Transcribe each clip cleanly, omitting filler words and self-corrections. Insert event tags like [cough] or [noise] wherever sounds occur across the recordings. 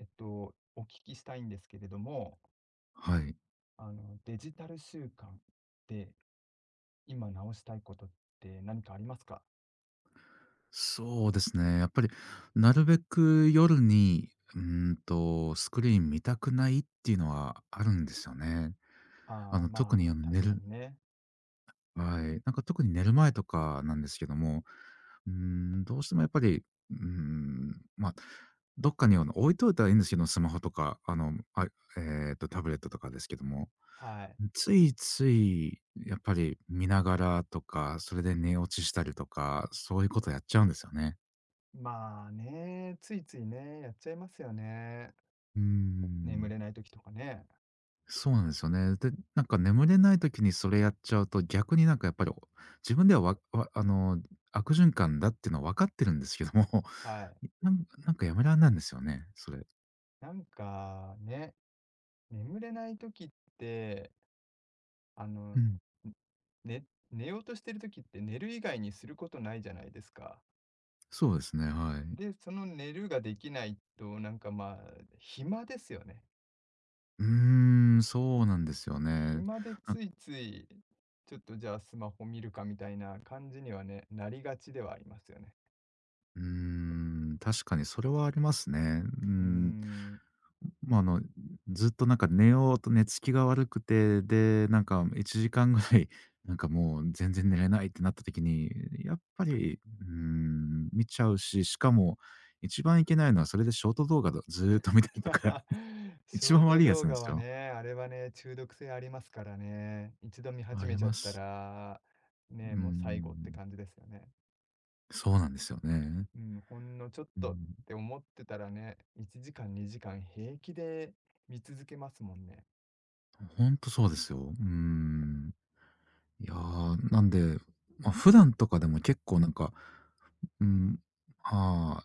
お聞きしたいんですけれども、はい。デジタル習慣で今直したいことって何かありますか？そうですね。やっぱり、なるべく夜に、スクリーン見たくないっていうのはあるんですよね。ああ、特にあまのあ、寝確かるにね。はい。なんか特に寝る前とかなんですけども、どうしてもやっぱり、うーん、まあ、どっかに置いといたらいいんですけど、スマホとか、タブレットとかですけども、はい。ついついやっぱり見ながらとか、それで寝落ちしたりとか、そういうことやっちゃうんですよね。まあね、ついついね、やっちゃいますよね。うー眠ん、れない時とかね。そうなんですよね。で、なんか眠れない時にそれやっちゃうと、逆になんかやっぱり、自分では、わわあの、悪循環だっていうのは分かってるんですけども、はい。[laughs] なんかやめられないんですよね、それ。なんかね、眠れない時って、あうの、ん、ね寝ようとしてる時って寝る以外にすることないじゃないですか。そうですね、はい。で、その寝るができないと、なんかまあ、暇ですよね。そうなんですよね。暇でなつんいつい、ちょっとじゃあスマホ見るかみたいな感じにはね、なりがちではありますよね。うーん、確かにそれはありますね。うーん。まあ、あの、ずっとなんか寝ようと寝つきが悪くて、で、なんか1時間ぐらい、[laughs] なんかもう全然寝れないってなった時に、やっぱり、見ちゃうし、しかも一番いけないのはそれでショート動画をずーっと見たりとか、[laughs] [laughs] シ一ョー番ト悪いやつ動なんで画すはよ。ね、あれはね、中毒性ありますからね。一度見始あめりちゃっまたす。ら、うーね、もう最後ってん。感じですよね。そうなんですよね。うん、ほんのちょっうとっん。て思ってたらね、1時間2時間平気で見続けますもんね。ほんとそうですよ。なんで、普段とかでも結構なんか、うん、まあ、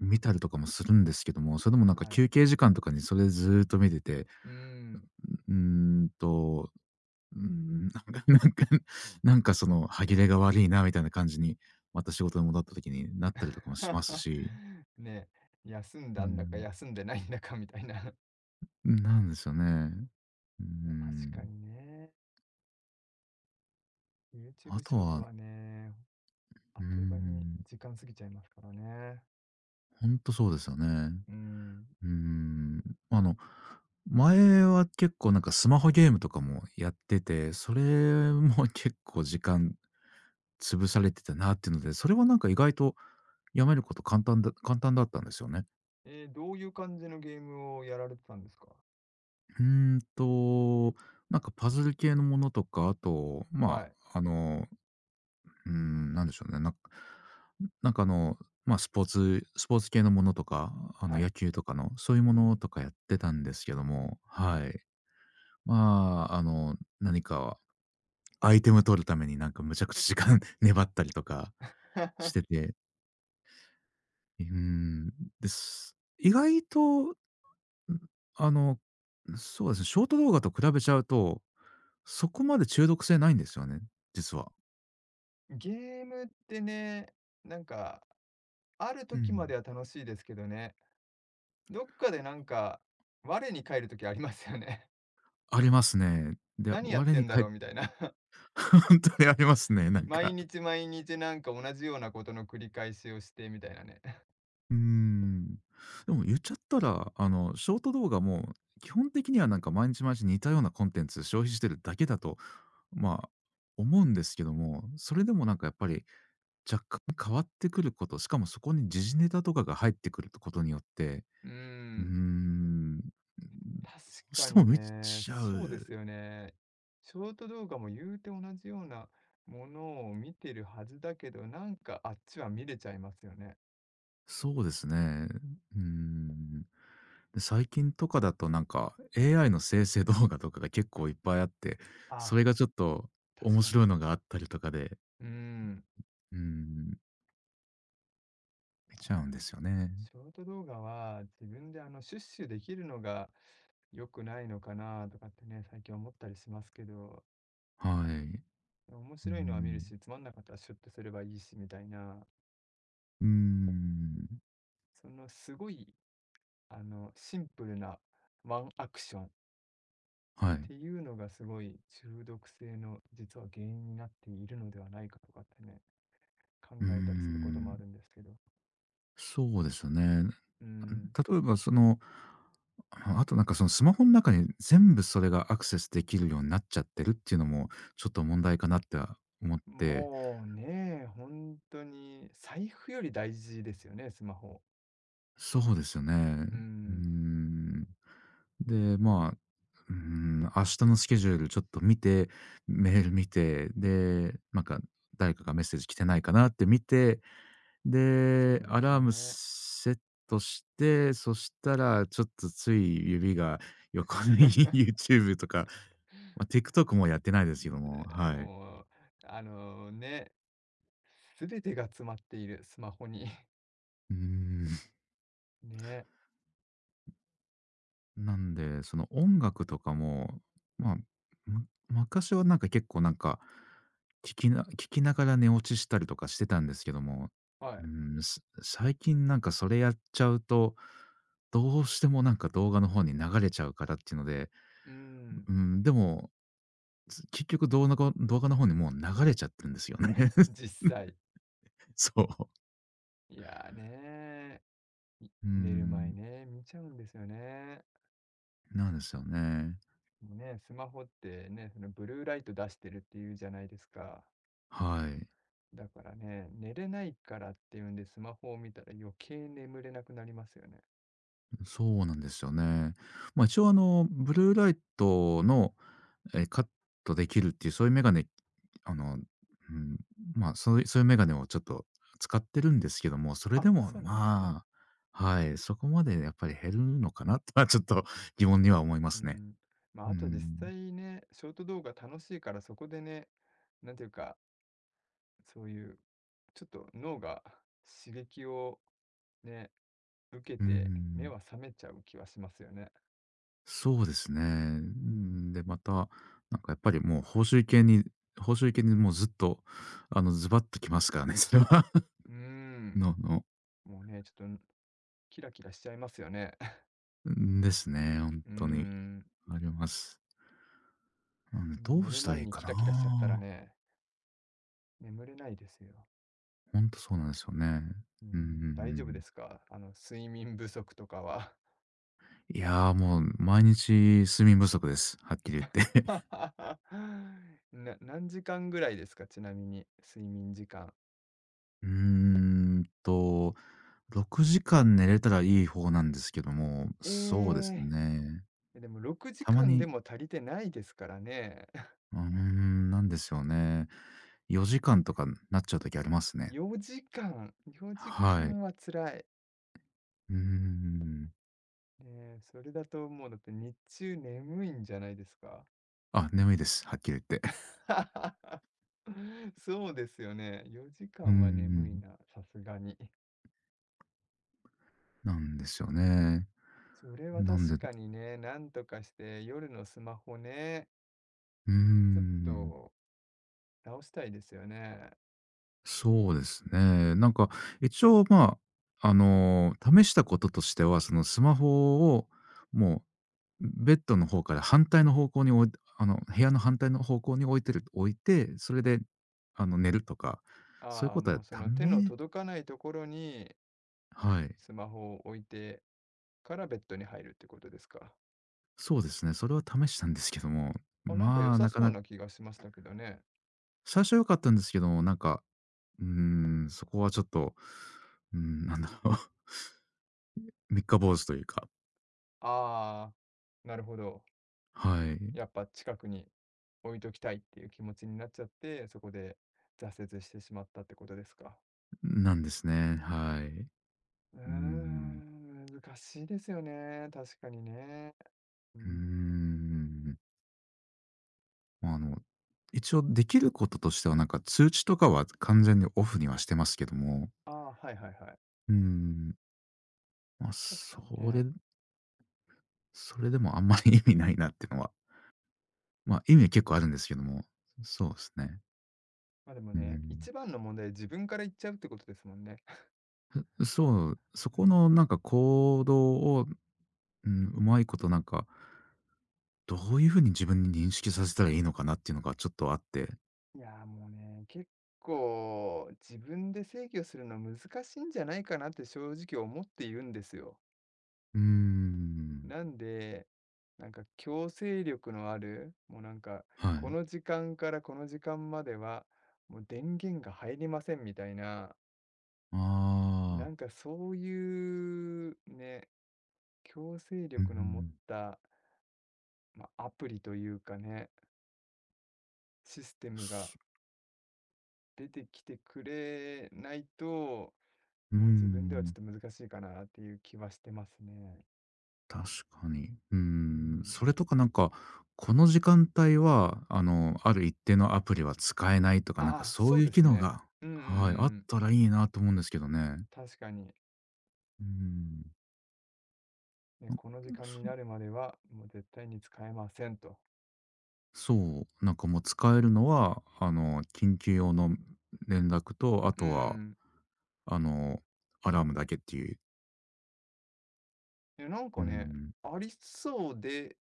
見たりとかもするんですけども、それでもなんかはい。休憩時間とかにそれずーっと見てて、うん。うーんと、うーん、なんか [laughs] なんかその歯切れが悪いなみたいな感じに、また仕事に戻った時になったりとかもします [laughs] し、ねえ、休んうだんだかん、休んでないんだかみたいな。[laughs] なんですよね。ういや、確ん。かにね。あ YouTube シとョートは、はね、あうっという間にん、時間過ぎちゃいますからね。ほんとそうですよね。うん。うーん。あの、前は結構なんかスマホゲームとかもやってて、それも [laughs] 結構時間潰されてたなっていうので、それはなんか意外とやめること簡単だったんですよね。どういう感じのゲームをやられてたんですか？うーんと、なんかパズル系のものとか、あと、はい。なんでしょうね、なんかスポーツ系のものとか、あのはい。野球とかの、そういううものん。とかやってたんですけども、はい。はい。何かアイテム取るためになんかむちゃくちゃ時間 [laughs] 粘ったりとかして [laughs] て、うーん、です。意外と、あの、そうですね、ショート動画と比べちゃうと、そこまで中毒性ないんですよね、実は。ゲームってね、なんか、あるう時まん。では楽しいですけどね、どっかでなんか、我に返る時ありますよね。ありますね。[laughs] で、何やっ我てにんだ返っろうみたいな。ほ [laughs] 本当にありますね、なん毎か。日毎日なんか同じようなことの繰り返しをしてみたいなね。[laughs] うーん。でも言っちゃったら、ショート動画も基本的にはなんか毎日毎日似たようなコンテンツ消費してるだけだとまあ、思うんですけども、それでもなんかやっぱり若干変わってくること、しかもそこに時事ネタとかが入ってくることによって、うーん、ど確うかしてにも見ね、ちゃそうでう。すよね。ショート動画も言うて同じようなものを見てるはずだけど、なんかあっちは見れちゃいますよね。そうですね。うーん。で最近とかだとなんか AI の生成動画とかが結構いっぱいあって、そあ、れがちょっと確面かに。白いのがあったりとかで、うーん。うーん、あ見ちゃうんーですよね。ショート動画は自分でシュッシュできるのが良くないのかなとかってね、最近思ったりしますけど、はい。面うー白いのは見るん。し、つまんなかったらシュッとすればいいしみたいな。うーん。そのすごい、シンプルなワンアクションっはてい。いうのがすごい中毒性の実は原因になっているのではないかとかってね、考うーえたりすることもあん、るんですけど。そうですよね。うん。例えばその、ああとなんかそのスマホの中に全部それがアクセスできるようになっちゃってるっていうのも、ちょっと問題かなっては思って、もうね、本当に財布より大事ですよね、スマホ。そうですよね。ううーん、ん。で、明日のスケジュールちょっと見て、メール見て、で、なんか誰かがメッセージ来てないかなって見てそで、うでアすラームね。セットして、そしたらちょっとつい指が横に [laughs] YouTube とか、まあ、TikTok もやってないですけども、で、はい。もう、ね、全てが詰まっているスマホに。[laughs] うーん、ね、なんで、その音楽とかも、まあ、昔はなんか結構なんか、聞きながら寝落ちしたりとかしてたんですけども、はい。最近なんかそれやっちゃうと、どうしてもなんか動画の方に流れちゃうからっていうので、うん、うでも結局動画の方にもう流れちゃってるんですよね。[laughs] 実際。そう。いやーね。うー寝る前ん、ね、見ちゃうんですよね。なんですよね。もうね、スマホってね、そのブルーライト出してるっていうじゃないですか。はい。だからね、寝れないからっていうんでスマホを見たら余計眠れなくなりますよね。そうなんですよね。ま、一応あの、ブルーライトの、カットできるっていうそういうメガネ、あの、うん、そういうメガネをちょっと使ってるんですけども、それであ、もそうなんですね。まあ、はい、そこまでやっぱり減るのかなとはちょっと疑問には思いまうすね。ん。まあ、うあと実ん。際ね、ショート動画楽しいからそこでね、なんていうか、そういうちょっと脳が [laughs] 刺激をね、受けうーて目ん。は覚めちゃう気はしますよね。そうですね。ううん。ん、で、また、なんかやっぱりもう報酬系にもうずっと、あの、ズバッときますからね、[laughs] それは。うー [laughs] ん。のの、もうね、ちょっとキラキラしちゃいますよね。[laughs] んですね、本うー当に。ん。あります。うんまあ、ど寝うるしたら前いいにかキラキラしちゃったらな。ね、眠れないですよ。本当そうなんですよね。ううんうんうん、大丈夫でん。すか？睡眠不足とかは。いや、もう毎日睡眠不足です、はっきり言って。[laughs] 何時間ぐらいですか？ちなみに、睡眠時間。[laughs] うーんと、6時間寝れたらいい方なんですけども、そうですえね。え。でも6たま時間でにも足りてないですからね。[laughs] なんですよね。4時間とかなっちゃう時ありますね。4時間、4時はい。間は辛い。うーん。ねえ、それだともうだって日中眠いんじゃないですか？あ、眠いです。はっきり言って。[laughs] [laughs] そうですよね。4時 [laughs] うー間は眠いん。な、さすがに。[laughs] なんですよね。それはなん確でかにね、なんとかして夜のスマホね、うーちょっん。と直したいですよね。そうですね。なんか、一応、試したこととしては、そのスマホを、もベッドの方から反対の方向に置いあの、部屋の反対の方向に置いて、それで、あの、寝るとか、そういうああ、こともはうその手のメ届かないところにはい。スマホを置いてからベッドに入るってことですか。そうですね。それは試したんですけども、あ、なんか良まあ、さなかそうなかな気がしましたけどね。最初は良かったんですけども、なんか、うーそこはちょっと、なんだろう、[laughs] 三日坊主というか、ああ、なるほど。はい、やっぱ近くに置いときたいっていう気持ちになっちゃって、そこで挫折してしまったってことですか。なんですね。はい。ううーーん。ん、難しいですよね、確かにね。ううーん。ん。まあ、あの、一応できることとしては、なんか通知とかは完全にオフにはしてますけども、ああ、はいはいはい。うーん、ま、あ確かそにれね。それでもあんまり意味ないなっていうのは、ま、意味は結構あるんですけども、そうですね。ま、でもうね、ん。一番の問題、自分から言っちゃうってことですもんね。[laughs] そう、そうこん。のなんか行動を、うん、うまいことなんか、どういうふうに自分に認識させたらいいのかなっていうのがちょっとあって。いやー、もうね、結構自分で制御するの難しいんじゃないかなって正直思っているんですよ。うーん。なんで、なんか強制力のある、もうなんか、はこい。の時間からこの時間までは、もう電源が入りませんみたいなあなあ、んかそういうね、強制う力の持っん。た、まあ、アプリというかね、システムがす出てきてくれないと、うーもう自分ではちょっん、と難しいかなっていう気はしてますね。確かに。うん。それとかなんか、この時間帯は、あの、ある一定のアプリは使えないとか、なんかああ、そそうういうで機す能ね。がうんうんうんうはい、あっん。たらいいなと思うんですけどね。確かに。うーん。ね、この時間になるまでは、もう絶対に使えませんと。そう、なんかもう使えるのは、あの、緊急用の連絡と、あうとは、ん。あの、アラームだけっていう。え、なんうかね、ん。ありそうで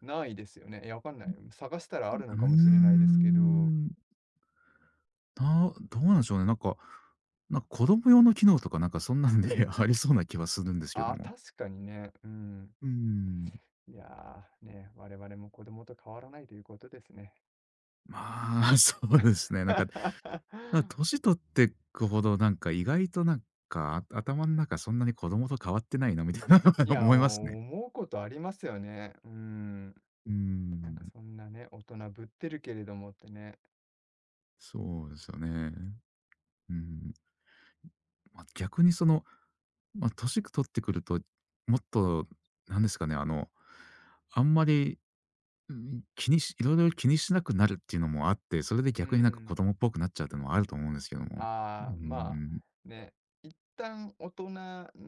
ないですよね。いや、わかんない。探したらあるうのかもしれないですけど。ーん。どうなんでしょうね。なんか、なんか子供用の機能とかなんかそんなんで [laughs] ありそうな気はするんですけあどあ、も。確かにね。うん。うーん。いやー、ね、我々も子供と変わらないということですね。まあ、[laughs] そうですね。なんか、なんか [laughs] 年取ってくほど、なんか意外となんか頭の中そんなに子供と変わってないなみたいな い [laughs] や、思いまもすね。う思うことありますよね。うん。うーなんかん。そんなね、大人ぶってるけれどもってね。そうですよね。うん、まあ、逆にその、まあ、年取ってくると、もっとなんですかね、あの、あんまり、うん、気にしいろいろ気にしなくなるっていうのもあって、それでう逆になんか子ん。供っぽくなっちゃうっていうのもあると思うんですけども。うああ、まあ、ん、ね、一旦大人に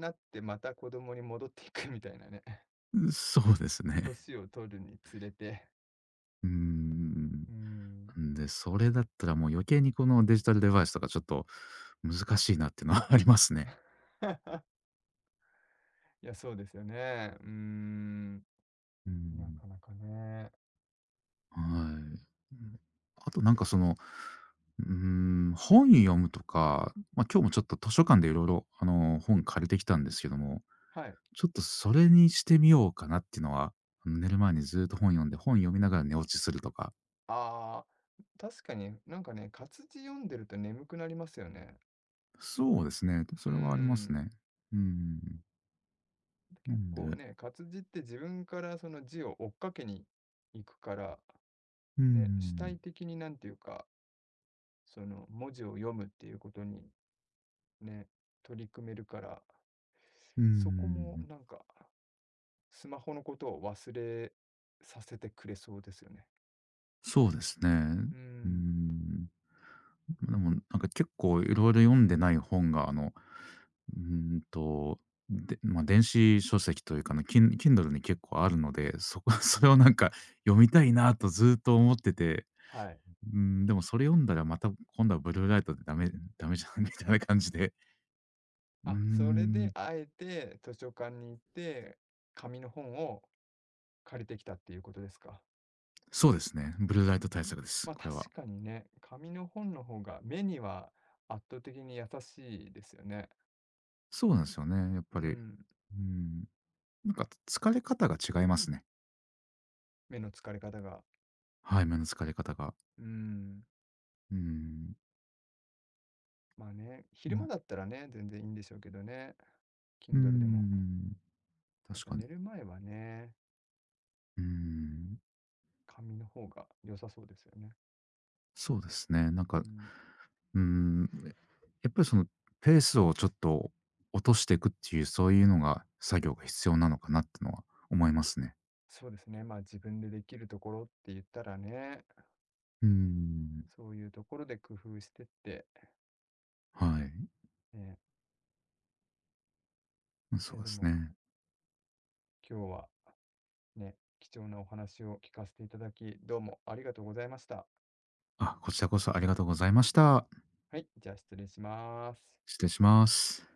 なってまた子供に戻っていくみたいなね。[laughs] そうですね。[laughs] 年を取るにつれて。うん。うん。なんで、それだったらもう余計にこのデジタルデバイスとかちょっと難しいなっていうのはありますね。[laughs] いや、そうですよね。うーん。うなん。かなかね。はい。うん、あとなんかその、うー本読むとか、ま、今日もちょっと図書館でいろいろあの、本借りてきたんですけども、はい。ちょっとそれにしてみようかなっていうのは、あの、寝る前にずっと本読んで、本読みながら寝落ちするとか。ああ、確かになんかね、活字読んでると眠くなりますよね。そうですね、うそーれはありますん。ね。うんな結ん構で、ね、活字って自分からその字を追っかけに行くから、うね、主ん、体的になんていうか、その文字を読むっていうことにね、取り組めるから、うそこもん、なんかスマホのことを忘れさせてくれそうですよね。そうですね。うーうーん、ん、でもなんか結構いろいろ読んでない本が、あの、うーんと、で、まあ、電子書籍というかね、Kindle に結構あるので、そこ [laughs] それをなんか読みたいなとずっと思ってて、はい。でもそれ読んだらまた今度はブルーライトでダメじゃんみたいな感じで、うーあ、それでん、あえて図書館に行って、紙の本を借りてきたっていうことですか。そうですね、ブルーライト対策です、まあ、これ確は。かにね、紙の本の方が目には圧倒的に優しいですよね。そうなんですよね、やっうぱり。うん、ーん、なんか疲れ方が違いますね。目の疲れ方が。はい、目の疲れ方が。うん、うーん、まあね、昼間ま、だったらね、全然いいんでしょうけどね、うー Kindle でも。ん、やっ確ぱか寝に。る前はね、うーん、紙の方が良さそうですよね。そうですね、なんか、ううん、ーん、やっぱりそのペースをちょっと落としていくっていう、そういうのが作業が必要なのかなってのは思いますね。そうですね、まあ自分でできるところって言ったらね、うーん。そういうところで工夫してって、はい。ね、いそやうでですもね。今日はね、貴重なお話を聞かせていただき、どうもありがとうございました。あ、こちらこそありがとうございました。はい、じゃあ失礼します。失礼します。